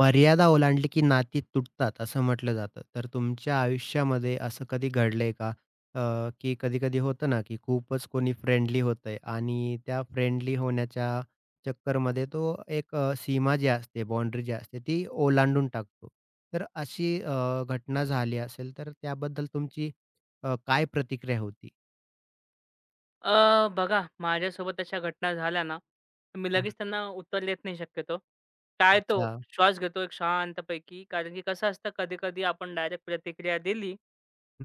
मर्यादा ओलांडली की नाती तुटतात असं म्हटलं जातं. तर तुमच्या आयुष्यामध्ये असं कधी घडलंय का? की कधी-कधी होतं ना, की खूपच कोणी फ्रेंडली होतंय आणि त्या फ्रेंडली होण्याच्या चक्करमध्ये तो एक सीमा जी असते, बाउंड्री जी असते ती ओलांडून टाकतो. तर अशी घटना झाली असेल तर त्याबद्दल तुमची काय प्रतिक्रिया होती? बघा माझ्यासोबत अशा घटना झाल्या ना, तर मी हं. लगेच त्यांना उत्तर देत नाही शक्यतो. टाळतो, अच्छा. अच्छा. श्वास घेतो एक शांतपैकी. कारण की कसं असतं कधी-कधी आपण डायरेक्ट प्रतिक्रिया दिली,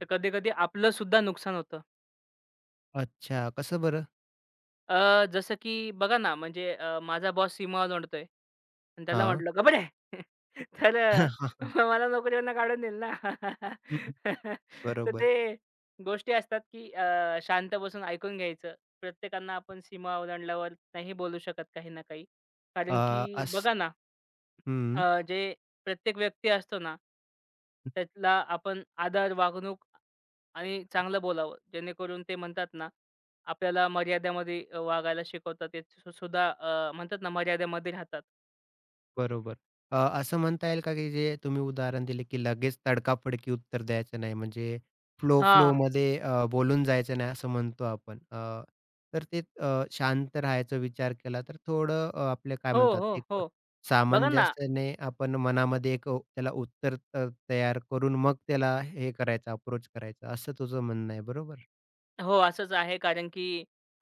तर कधी-कधी आपलं सुद्धा नुकसान होतं. अच्छा. कसं बरं? जसं की बघा ना, म्हणजे माझा बॉस सीमा ओलांडतोय आणि त्याला हां. म्हटलं, "गप रे!" तर मला नोकरीवरनं काढून देईल ना. तर बरोबर. ते गोष्टी असतात की शांत बसून ऐकून घ्यायचं. प्रत्येकांना आपण सीमा ओलांडल्यावर नाही बोलू शकत काही ना काही. कारण अ, की अस बघा ना, हं. जे प्रत्येक व्यक्ती असतो ना, त्याला आपण आदर, वागणूक आणि चांगलं बोलावं. जेणेकरून ते म्हणतात ना, आपल्याला मर्यादेमध्ये वागायला शिकवतात. ते सुद्धा म्हणतात ना, मर्यादेमध्ये राहतात. बरोबर. असं म्हणता येईल का, की जे तुम्ही उदाहरण दिले, की लगेच तडकाफडकी उत्तर द्यायचं नाही, म्हणजे फ्लो हां. फ्लोमध्ये बोलून जायचं नाही, असं म्हणतो आपण. तर ते शांत राहायचा विचार केला, तर थोडं आपलं काय हो, म्हणतात, हो, एक हो. बघा ना, सामंजस्याने आपण मनामध्ये एक त्याला उत्तर तयार करून मग त्याला हे करायचं, अप्रोच करायचा, असं तुझं म्हणणं आहे, बरोबर? हो, असंच आहे. कारण की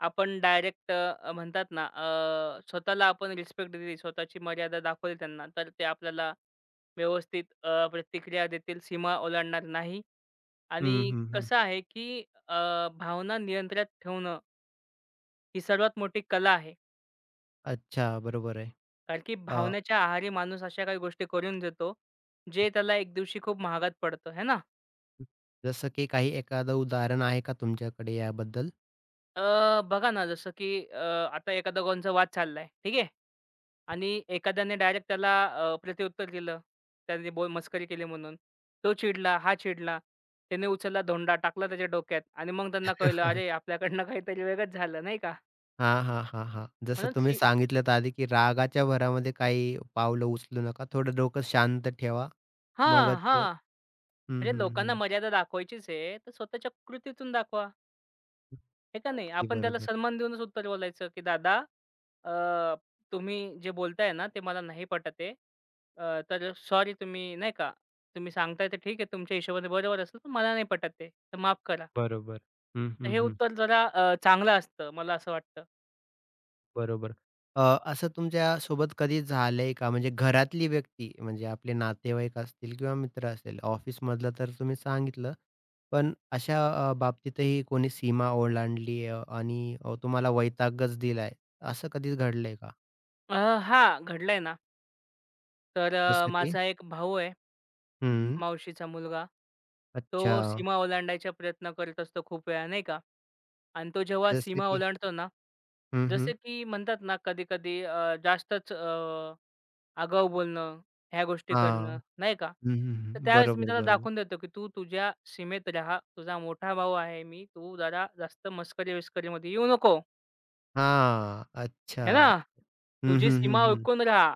आपण डायरेक्ट म्हणतात ना, स्वतःला आपण रिस्पेक्ट दिली, स्वतःची मर्यादा दाखवली त्यांना, तर ते आपल्याला व्यवस्थित प्रतिक्रिया देतील, सीमा ओलांडणार नाही. हं, आणि हं, हं. कसं आहे, की अ, भावना नियंत्रणात ठेवणं ही सर्वात मोठी कला आहे. अच्छा, बरोबर आहे. कारण की अ, भावनेच्या आहारी माणूस अशा काही गोष्टी करून देतो, जे त्याला एक दिवशी खूप महागात पडतं, है ना? जसं की काही एखादं उदाहरण आहे का तुमच्याकडे याबद्दल? बघा ना, जसं की आता एका दोघांचा वाद चाललाय, ठीक आहे? आणि एखाद्याने डायरेक्ट त्याला प्रत्युत्तर दिलं. त्याने बोल मस्करी केली म्हणून. तो चिडला, हा चिडला. त्याने उचलला धोंडा, टाकला त्याच्या डोक्यात आणि मग त्यांना कळलं, "अरे, आपल्याकडनं काहीतरी वेगळंच झालं," नाही का? हां, हां, हां, हां. जसं म्हणून तुम्ही सी सांगितलंत आधी, की रागाच्या भरामध्ये काही पावलं उचलू नका. थोडं डोकं शांत ठेवा. हां, मगच ते हां. हं, म्हणजे हं, लोकांना हं. मर्यादा दाखवायचीच आहे, तर स्वतःच्या कृतीतून दाखवा. हे का नाही? अगदी आपण त्याला बरोबर. सन्मान देऊनच उत्तर बोलायचं, की "दादा, अ, तुम्ही जे बोलताय ना, ते मला नाही पटत आहे. तर सॉरी, तुम्ही नाही का, तुम्ही सांगताय ते ठीक आहे. तुमच्या हिशोबाने बरोबर असेल, पण मला नाही पटत आहे. तर माफ करा." बरोबर. हं, तर हं, हे हं. उत्तर जरा चांगलं असतं, मला असं वाटतं. बरोबर. अ, असं तुमच्यासोबत कधी झालंय का? म्हणजे घरातली व्यक्ती म्हणजे आपले नातेवाईक असतील किंवा मित्र असेल, ऑफिसमधलं तर तुम्ही सांगितलं. पण अशा बाबतीतही कोणी सीमा ओलांडली आणि तुम्हाला वैतागच दिलाय, असं कधीच घडलंय का? अ, हां, घडलंय ना. तर जसं की माझा एक भाऊ आहे. हं. मावशीचा मुलगा. अच्छा, तो सीमा ओलांडायचा प्रयत्न करत असतो खूप वेळा, नाही का? आणि तो जेव्हा जसे सीमा की ओलांडतो ना, हं, जसे हं. की म्हणतात ना, कधी-कधी जास्तच आगाऊ बोलणं, ह्या गोष्टी करणं, हां. नाही का? हं, हं, तर हं. त्यावेळेस मी बरोबर, त्याला बरोबर. दाखवून देतो, की तू तुझ्या सीमेत राहा. तुझा मोठा भाऊ आहे मी. तू जरा जास्त मस्करी-विस्करीमध्ये येऊ नको. हां, अच्छा. है ना? हं, तुझी हं, हं, सीमा हं. ओळखून राहा.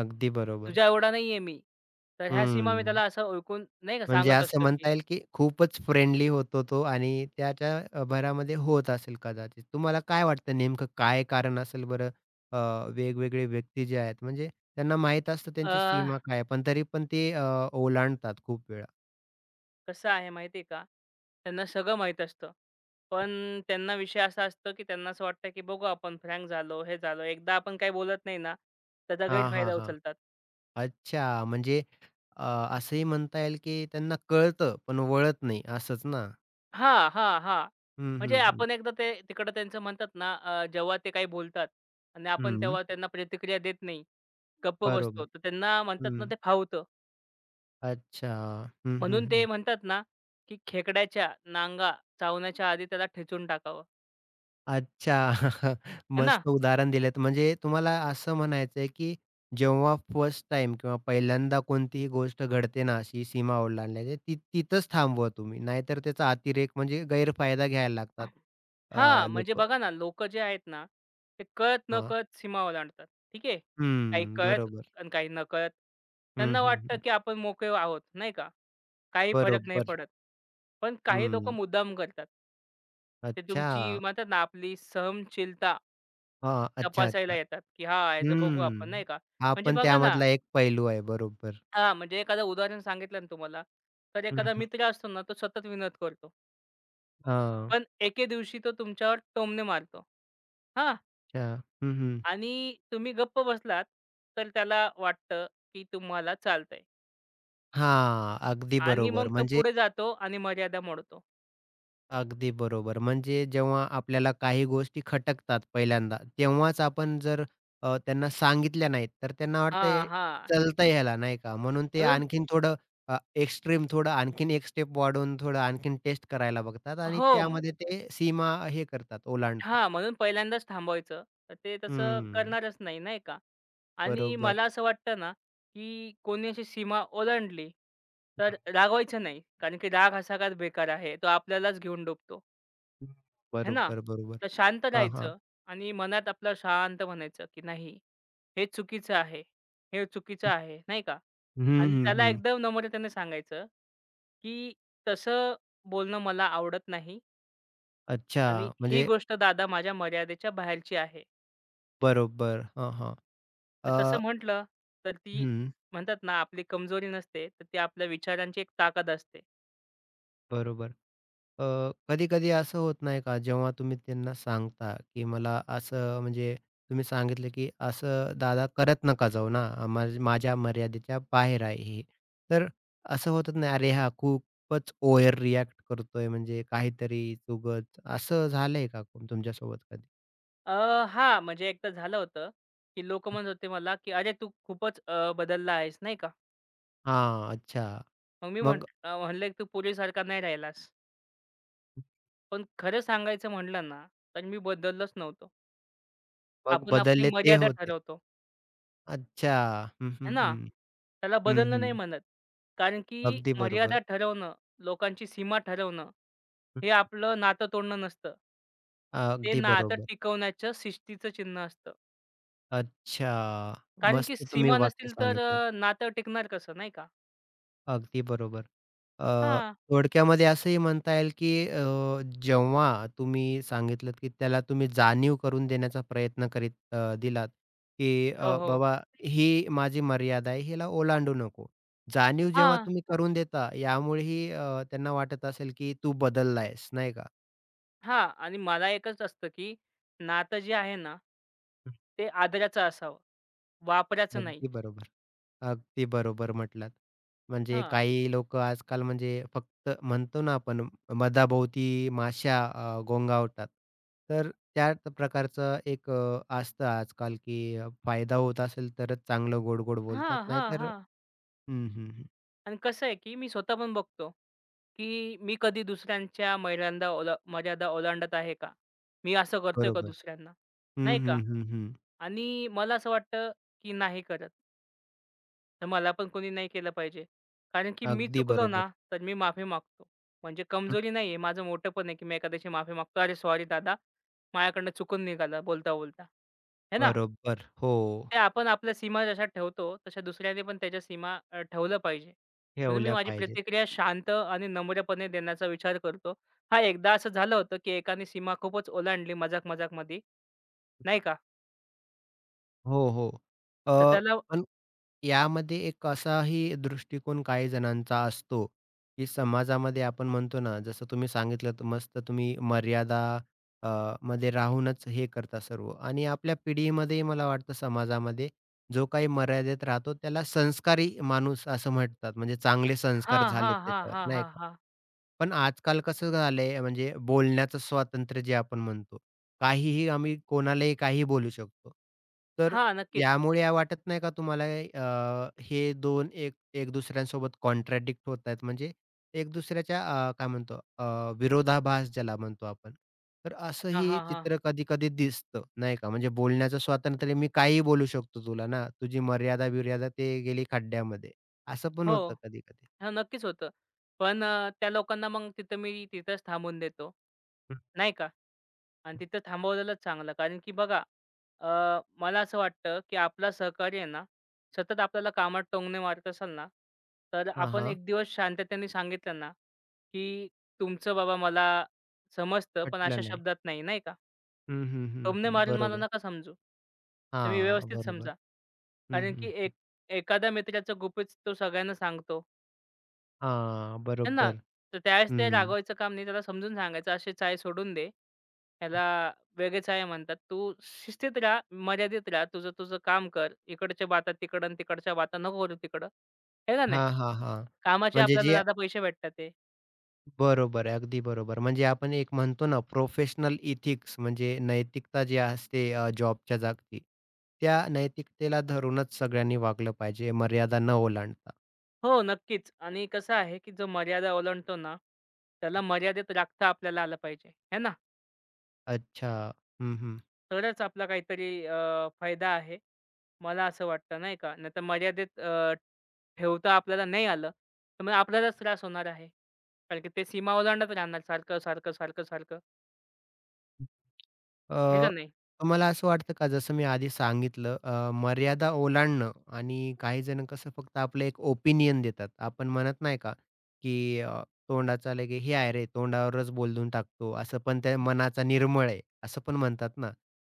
अगदी बरोबर. तुझ्या एवढा नाहीये मी. तर ह्या सीमा मी हं. त्याला असं ओळखून नाही का म्हणजे सांगत असं असतो, की म्हणता येईल की खूपच फ्रेंडली होतो तो आणि त्याच्या भरामध्ये होत असेल कदाचित. तुम्हाला काय वाटतं नेमकं काय कारण असेल बरं? अ, वेगवेगळे व्यक्ती जे आहेत म्हणजे त्यांना माहीत असतं अ त्यांची सीमा काय आहे, पण तरी पण ते ओलांडतात खूप वेळा. कसं आहे माहिती आहे का? त्यांना सगळं माहीत असतं. पण त्यांना विषय असा असतो, की त्यांना असं वाटतं, की बघू आपण फ्रँक झालो, हे झालो. एकदा आपण काही बोलत नाही ना, त्याचा हां, हां, गैरफायदा हां. उचलतात. अच्छा, म्हणजे अ, असंही म्हणता येईल की त्यांना कळतं, पण वळत नाही असंच ना? हां, हां, हां. हं, म्हणजे हं, हं. आपण एकदा ते तिकडं त्यांचं म्हणतात ना, जेव्हा ते काही बोलतात आणि आपण हं, तेव्हा त्यांना प्रतिक्रिया देत नाही, गप्प बसतो. बरोबर. तर त्यांना म्हणतात ना, हं. ते फावतं. अच्छा. हं, हं, म्हणून ते हं. म्हणतात ना, की खेकड्याच्या नांगा चावण्याच्या आधी त्याला ठेचून टाकावं. अच्छा. है ना? मस्त उदाहरण दिलंत. म्हणजे तुम्हाला असं म्हणायचं आहे की जेव्हा फर्स्ट टाईम किंवा पहिल्यांदा कोणतीही गोष्ट घडते ना, अशी सीमा ओलांडण्याची, ती तिथंच थांबवा तुम्ही. नाहीतर त्याचा अतिरेक म्हणजे गैरफायदा घ्यायला लागतात हां, म्हणजे लोकं. बघा ना, लोकं जे आहेत ना, ते कळत-नकळत सीमा ओलांडतात. ठीक आहे. काही कळत बरोबर. आणि काही नकळत. हं, त्यांना हं, वाटतं, हं. की आपण मोकळे आहोत, नाही का? काही फरक नाही बरोबर. पडत. पण काही लोकं हं. मुद्दाम करतात. ते तुमची अच्छा. म्हणतात ना, आपली सहनशीलता हां. अच्छा, तपासायला अच्छा. येतात, की हा याचं बघू आपण, हम्म. नाही का? हा म्हणजे पण बघा ना, त्यामधला एक पैलू आहे. बरोबर. हां, म्हणजे एखादं उदाहरण सांगितलं ना तुम्हाला, तर हं, एखादा हं. मित्र असतो ना, तो सतत विनोद करतो. हां. पण एके दिवशी तो तुमच्यावर टोमणे मारतो. हां? अच्छा. हं, हं. आणि तुम्ही गप्प बसलात, तर त्याला वाटतं, की तुम्हाला चालतंय, हां. अगदी आणि बरोबर. मग तो म्हणजे पुढे जातो आणि मर्यादा मोडतो. अगदी बरोबर. म्हणजे जेव्हा आपल्याला काही गोष्टी खटकतात पहिल्यांदा, तेव्हाच आपण जर त्यांना सांगितल्या नाहीत, तर त्यांना वाटतंय हां, हां. चलतं ह्याला नाही का? म्हणून ते म्हणून आणखीन थोडं अ, एक्स्ट्रीम थोडं आणखीन एक स्टेप वाढवून थोडं आणखीन टेस्ट करायला बघतात आणि हो. त्यामध्ये ते सीमा हे करतात, ओलांडतात. हां, म्हणून पहिल्यांदाच थांबवायचं. तर ते तसं हं. करणारच नाही, नाही का? आणि बरोबर. मला असं वाटतं ना, की कोणी अशी सीमा ओलांडली, तर रागवायचं नाही. कारण की राग हा सगळ्यात बेकार आहे. तो आपल्यालाच घेऊन डुबतो. हं. है ना? बरोबर, बरोबर. तर शांत हां, हां. राहायचं आणि मनात आपलं शांत म्हणायचं, की नाही, हे चुकीचं आहे, हे चुकीचं आहे, नाही का? हं, आणि हं, त्याला हं, एकदम नम्रतेने सांगायचं, की तसं बोलणं मला आवडत नाही आणि अच्छा, ही म्हणजे गोष्ट दादा माझ्या मर्यादेच्या बाहेरची आहे. बरोबर. हां, हां. तर अ, तसं म्हटलं, तर ती हं. म्हणतात ना आपली कमजोरी नसते, तर ती आपल्या विचारांची एक ताकद असते. बरोबर. अ, कधी-कधी असं होत नाही का, जेव्हा तुम्ही त्यांना सांगता, की मला असं म्हणजे तुम्ही सांगितलं, की "असं दादा करत नका जाऊ ना, माझ्या मर्यादेच्या बाहेर आहे हे." तर असं होतच नाही, "अरे, हा खूपच ओव्हर रिएक्ट करतोय, म्हणजे काहीतरीच उगाच." असं झालंय का तुमच्यासोबत कधी? अ, हां, म्हणजे एकदा झालं होतं, की लोकं म्हणत होते मला, की "अरे, तू खूपच बदलला आहेस," नाही का? हां, अच्छा. मग मी मग म्हंट अ, म्हणलं की तू पूर्वीसारखा नाही राहिलास. पण खरं सांगायचं म्हटलं ना, तर मी बदललोच नव्हतो. मग आपण आपली बदलले ते मर्यादा होते. ठरवतो, अच्छा. हं, है हं, ना? हं. त्याला हं, बदलणं नाही हं. म्हणत. कारण की अगदी मर्यादा बरोबर. ठरवणं, लोकांची सीमा ठरवणं, हं, हे आपलं नातं तोडणं नसतं. ते अगदी नातं बरोबर. टिकवण्याचं शिस्तीचं चिन्ह असतं. अच्छा. कारण की मस्त तुम्ही सीमा वाक्य नसतील तर सांगितलंत. नातं टिकणार कसं, नाही का? अगदी बरोबर. अ, हां. थोडक्यामध्ये असंही म्हणता येईल, की जेव्हा तुम्ही सांगितलत, की त्याला तुम्ही जाणीव करून देण्याचा प्रयत्न करीत दिलात, की हो, हो. "बाबा ही माझी मर्यादा आहे, हिला ओलांडू नको." जाणीव जेव्हा हां, तुम्ही करून देता, यामुळेही त्यांना वाटत असेल, की तू बदलला नाही का? हां. आणि मला एकच असतं की नातं जे आहे ना, ते आदराचं असावं. वापराचं नाही. अगदी बरोबर. अगदी बरोबर म्हटलात. म्हणजे हां. काही लोकं आजकाल म्हणजे फक्त म्हणतो ना आपण मधाभोवती माश्या गोंगावतात. तर त्या प्रकारचं एक असतं आजकाल, की फायदा होत असेल तरच चांगलं गोड-गोड बोलतात. हां, हां, नाहीतर हां. हं, हं, हं. आणि कसं आहे, की मी स्वतः पण बघतो, की मी कधी दुसऱ्यांच्या मर्यांदा ओला मर्यादा ओलांडत आहे का? मी असं करतोय का बरोबर. दुसऱ्यांना? हं, नाही हं, का? हं, हं. आणि मला असं वाटतं, की नाही करत. तर मला पण कोणी नाही केलं पाहिजे. कारण की मी अगदी चुकलो ना, बरोबर. तर मी माफी मागतो. म्हणजे हं, कमजोरी नाहीये, माझं मोठेपण आहे, की मी एखाद्याची माफी मागतो. "अरे, सॉरी दादा, माझ्याकडनं चुकून निघालं बोलता-बोलता." है ना? बरोबर. हो, ते आपण आपल्या सीमा जशा ठेवतो, तशा दुसऱ्याने पण त्याच्या सीमा ठेवलं पाहिजे. म्हणून मी ठेवल्या माझी पाहिजेत. प्रतिक्रिया शांत आणि नम्रपणे देण्याचा विचार करतो. हां, एकदा असं झालं होतं, की एकाने सीमा खूपच ओलांडली मजाक-मजाकमध्ये, मजाक मध्ये, नाही का? हो, हो. तर अ, त्याला पण यामध्ये एक असाही दृष्टिकोन काही जणांचा असतो, की समाजामध्ये आपण म्हणतो ना, जसं तुम्ही सांगितलं तर मस्त तुम्ही मर्यादा अ, मध्ये राहूनच हे करता सर्व आणि आपल्या पिढीमध्ये मला वाटतं समाजामध्ये जो काही मर्यादेत राहतो त्याला संस्कारी माणूस असं म्हणतात. म्हणजे चांगले संस्कार हां, हां, झालेत हां, त्याच्यावर हां, नाही हां, का? हां. पण आजकाल कसं झालंय म्हणजे बोलण्याचं स्वातंत्र्य जे आपण म्हणतो. काहीही आम्ही कोणालाही काही बोलू शकतो. तर हां, नक्कीच. यामुळे या वाटत नाही का तुम्हाला हे दोन एक एक दुसऱ्यांसोबत कॉन्ट्राडिक्ट होत आहेत. म्हणजे एक दुसऱ्याच्या काय म्हणतो विरोधाभास ज्याला म्हणतो आपण. तर हां, असंही हां, हां. चित्र कधी-कधी दिसतं नाही का. म्हणजे बोलण्याचं स्वातंत्र्य मी काहीही बोलू शकतो तुला ना. तुझी मर्यादा-बिर्यादा ते गेली खड्ड्यामध्ये. असं पण हो. होतं कधी-कधी. हां, नक्कीच होतं. पण त्या लोकांना मग तिथं मी तिथंच थांबून देतो, हं. नाही का. आणि तिथं थांबवलेलंच चांगलं. कारण की बघा, मला असं वाटतं, की आपला सहकारी आहे ना, सतत आपल्याला कामात टोमणे मारत असेल ना, तर आपण हां, एक दिवस शांततेने सांगितलं ना, की तुमचं बाबा मला समजतं, पण अशा पटलं नाही. शब्दात नाही, नाही का. हं, हं, हं, टोमणे हं. मारून मला बरोबर. नका समजू. तुम्ही हां, व्यवस्थित बरोबर. समजा. हं, कारण की हं. एखाद्या मित्राचं गुपित तो सगळ्यांना सांगतो. हां, आहे ना? बरोबर. तर त्यावेळेस ते हं. रागवायचं काम नाही. त्याला समजून सांगायचं, "अशीच चाय सोडून दे. ह्याला वेगळीच आहे म्हणतात. तू शिस्तीत राहा, मर्यादेत राहा. तुझं तुझं काम कर. इकडच्या बाता तिकडं आणि तिकडच्या बाता नको करू तिकडं." आहे का नाही? हां, हां, हां. कामाचे म्हणजे आपल्याला जे दादा पैसे भेटतात ते. बरोबर आहे, अगदी बरोबर. म्हणजे आपण एक म्हणतो ना, प्रोफेशनल इथिक्स म्हणजे नैतिकता जी असते जॉबच्या जागची, त्या नैतिकतेला धरूनच सगळ्यांनी वागलं पाहिजे, मर्यादा न ओलांडता. हो, नक्कीच. आणि कसं आहे, की जो मर्यादा ओलांडतो ना, त्याला मर्यादेत राखता आपल्याला आलं पाहिजे. आहे ना? अच्छा. हं, हं. तरच आपला काहीतरी फायदा आहे. मला असं वाटतं नाही का? नाहीतर मर्यादेत ठेवता आपल्याला नाही आलं, तर मग आपल्यालाच त्रास होणार आहे. कारण की ते सीमा ओलांडत राहणार सारखं, सारखं, सारखं, सारखं. हे का अ, नाही? तुम्हाला असं वाटतं का जसं मी आधी सांगितलं मर्यादा ओलांडणं आणि काही जण कसं फक्त आपलं एक ओपिनियन देतात. आपण म्हणत नाही का, की तोंडाचा लगे "हे आहे रे, तोंडावरच बोलून टाकतो." असं पण त्या मनाचा निर्मळ आहे, असं पण म्हणतात ना.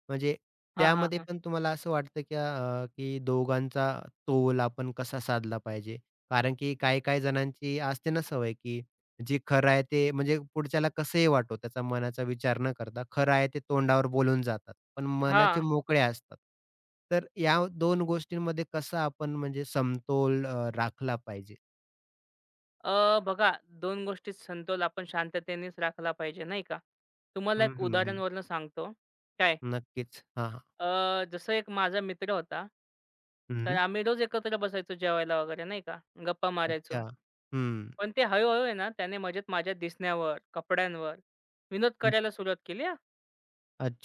म्हणजे हां, हां, त्यामध्ये हां. पण तुम्हाला असं वाटतं की की दोघांचा तोल आपण कसा साधला पाहिजे? कारण की काही-काही जणांची असते ना सवय, की जे खरं आहे ते म्हणजे पुढच्याला कसंही वाटो, त्याचा मनाचा विचार न करता खरं आहे ते तोंडावर बोलून जातात, पण मनाचे हां. मोकळे असतात. तर या 2 गोष्टींमध्ये कसा आपण म्हणजे समतोल राखला पाहिजे? बघा, 2 गोष्टीत समतोल आपण शांततेनेच राखला पाहिजे नाही का? तुम्हाला हं, एक हं, हं. उदाहरणावरून सांगतो. काय? नक्कीच. हां, हां. जसं एक माझा मित्र होता. तर हं. आम्ही रोज एकत्र बसायचो जेवायला वगैरे, नाही का? गप्पा अच्छा. मारायचो. हं. पण ते हळू-हळू आहे ना, त्याने मजेत माझ्या दिसण्यावर, कपड्यांवर विनोद हं. करायला सुरुवात केली हां.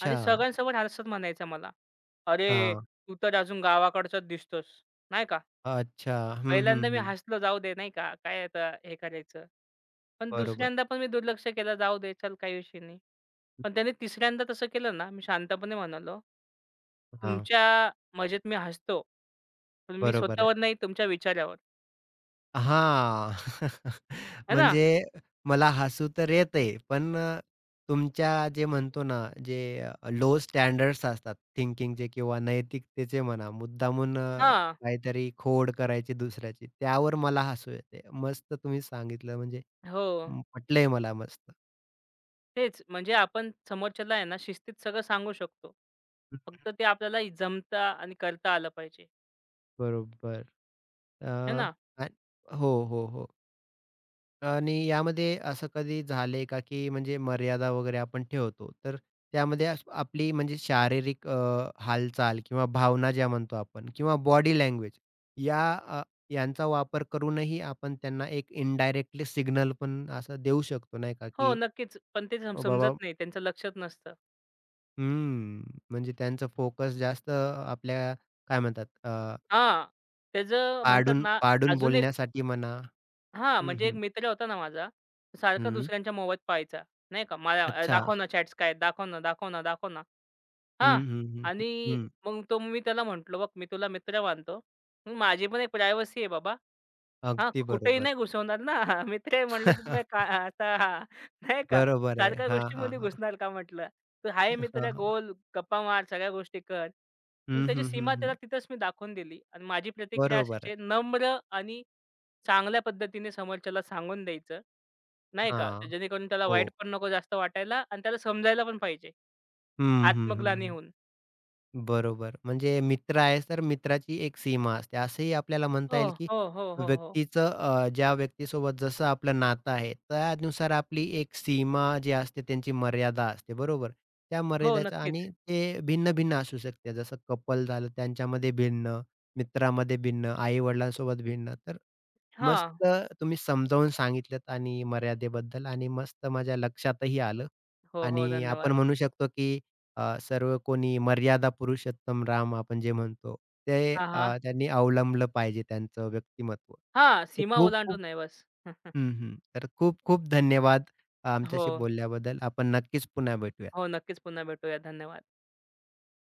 आणि सगळ्यांसमोर हसत म्हणायचा मला, "अरे, हां. तू तर अजून गावाकडचाच दिसतोस." नाही का. अच्छा. हं, हं, पहिल्यांदा मी हं. हसलो, जाऊ दे, नाही का, काय आता हे करायचं. पण बरोबर. दुसऱ्यांदा पण मी दुर्लक्ष केलं, जाऊ दे, चल काही विषय नाही. पण त्याने तिसऱ्यांदा तसं केलं ना, मी शांतपणे म्हणालो, हां. "तुमच्या मजेत मी हसतो, पण मी बरोबर आहे. स्वतःवर नाही, तुमच्या विचारावर." हां. है ना? म्हणजे मला हसू तर येतंय, पण तुमच्या जे म्हणतो ना, जे लो स्टँडर्ड्स असतात थिंकिंगचे किंवा नैतिकतेचे म्हणा, मुद्दामून हां. काहीतरी खोड करायची दुसऱ्याची, त्यावर मला हसू येते. मस्त तुम्ही सांगितलं म्हणजे हो. अं, पटलंय मला मस्त. तेच म्हणजे आपण समोरच्याला आहे ना शिस्तीत सगळं सांगू शकतो. फक्त ते आपल्याला जमता आणि करता आलं पाहिजे, बरोबर. अ, है ना? आणि हो, हो, हो. आणि यामध्ये असं कधी झालंय का, की म्हणजे मर्यादा वगैरे आपण ठेवतो, तर त्यामध्ये अस आपली म्हणजे शारीरिक हालचाल किंवा भावना ज्या म्हणतो आपण किंवा बॉडी लँग्वेज या यांचा वापर करूनही आपण त्यांना एक इनडायरेक्टली सिग्नल पण असं देऊ शकतो नाही का, हो, की नक्कीच. पण ते "ओ बाबा समजत नाही, त्यांचं लक्षात नसतं. हं, म्हणजे त्यांचा फोकस जास्त आपल्या काय म्हणतात हां, त्याचं म्हणतात पाडून ना, पाडून अजून एक, बोलण्यासाठी म्हणा. हां, हं, म्हणजे एक हं. मित्र होता ना माझा, तो सारखा हं. दुसऱ्यांच्या मोबाईत पाहायचा, नाही का? मला, अच्छा. दाखव ना चॅट्स काय आहेत? दाखव ना, दाखव ना, दाखव ना." हं, हां. हं, हं, हं. आणि हं. मग तो मी त्याला म्हटलं, "बघ, मी तुला मित्र मानतो, पण माझी पण एक प्रायव्हसी आहे बाबा." हां, अगदी कुठेही बरोबर. नाही घुसवणार ना. मित्र आहे म्हटलं तर तुम्ही का असा हा, नाही का, बरोबर आहे. सारख्या हां, हां, गोष्टीमध्ये हां. घुसणार का म्हटलं. तर आहे हां, मित्र, हां. गोल, गप्पा मार, सगळ्या गोष्टी कर. मग हं, त्याची हं, हं, सीमा त्याला हं. तिथंच मी दाखवून दिली आणि माझी प्रतिक्रिया बरोबर अशीच आहे. आहे नम्र आणि चांगल्या पद्धतीने समोरच्याला सांगून द्यायचं. नाही का, हां. तर जेणेकरून त्याला हो. वाईट पण नको जास्त वाटायला आणि त्याला समजायला पण पाहिजे हं, हं, हं, आत्मग्लानी हं. होऊन. बरोबर. म्हणजे मित्र आहे, तर मित्राची एक सीमा असते. असंही आपल्याला म्हणता हो. येईल, की हो, हो, हो, हो. व्यक्तीचं ज्या व्यक्तीसोबत जसं आपलं नातं आहे, त्यानुसार आपली एक सीमा जी असते, त्यांची मर्यादा असते, बरोबर? त्या हो, मर्यादेच्या नक्कीच. आणि ते भिन्न-भिन्न असू शकते. जसं कपल झालं, त्यांच्यामध्ये भिन्न, मित्रामध्ये भिन्न, आई-वडिलांसोबत भिन्न. तर हां. मस्त तुम्ही समजावून सांगितलत आणि मर्यादेबद्दल आणि मस्त माझ्या लक्षातही आलं हो, हो. आणि आपण धन्यवाद. म्हणू शकतो, की सर्व कोणी मर्यादा पुरुषोत्तम राम आपण जे म्हणतो, ते हां, हां. त्यांनी अवलंबलं पाहिजे त्यांचं व्यक्तिमत्व. हां, तर सीमा खूप-खूप ओलांडून आहे बस. हं, हं. तर खूप-खूप धन्यवाद हो, आमच्याशी बोलल्याबद्दल. आपण नक्कीच पुन्हा भेटूया. हो. नक्कीच पुन्हा भेटूया. धन्यवाद.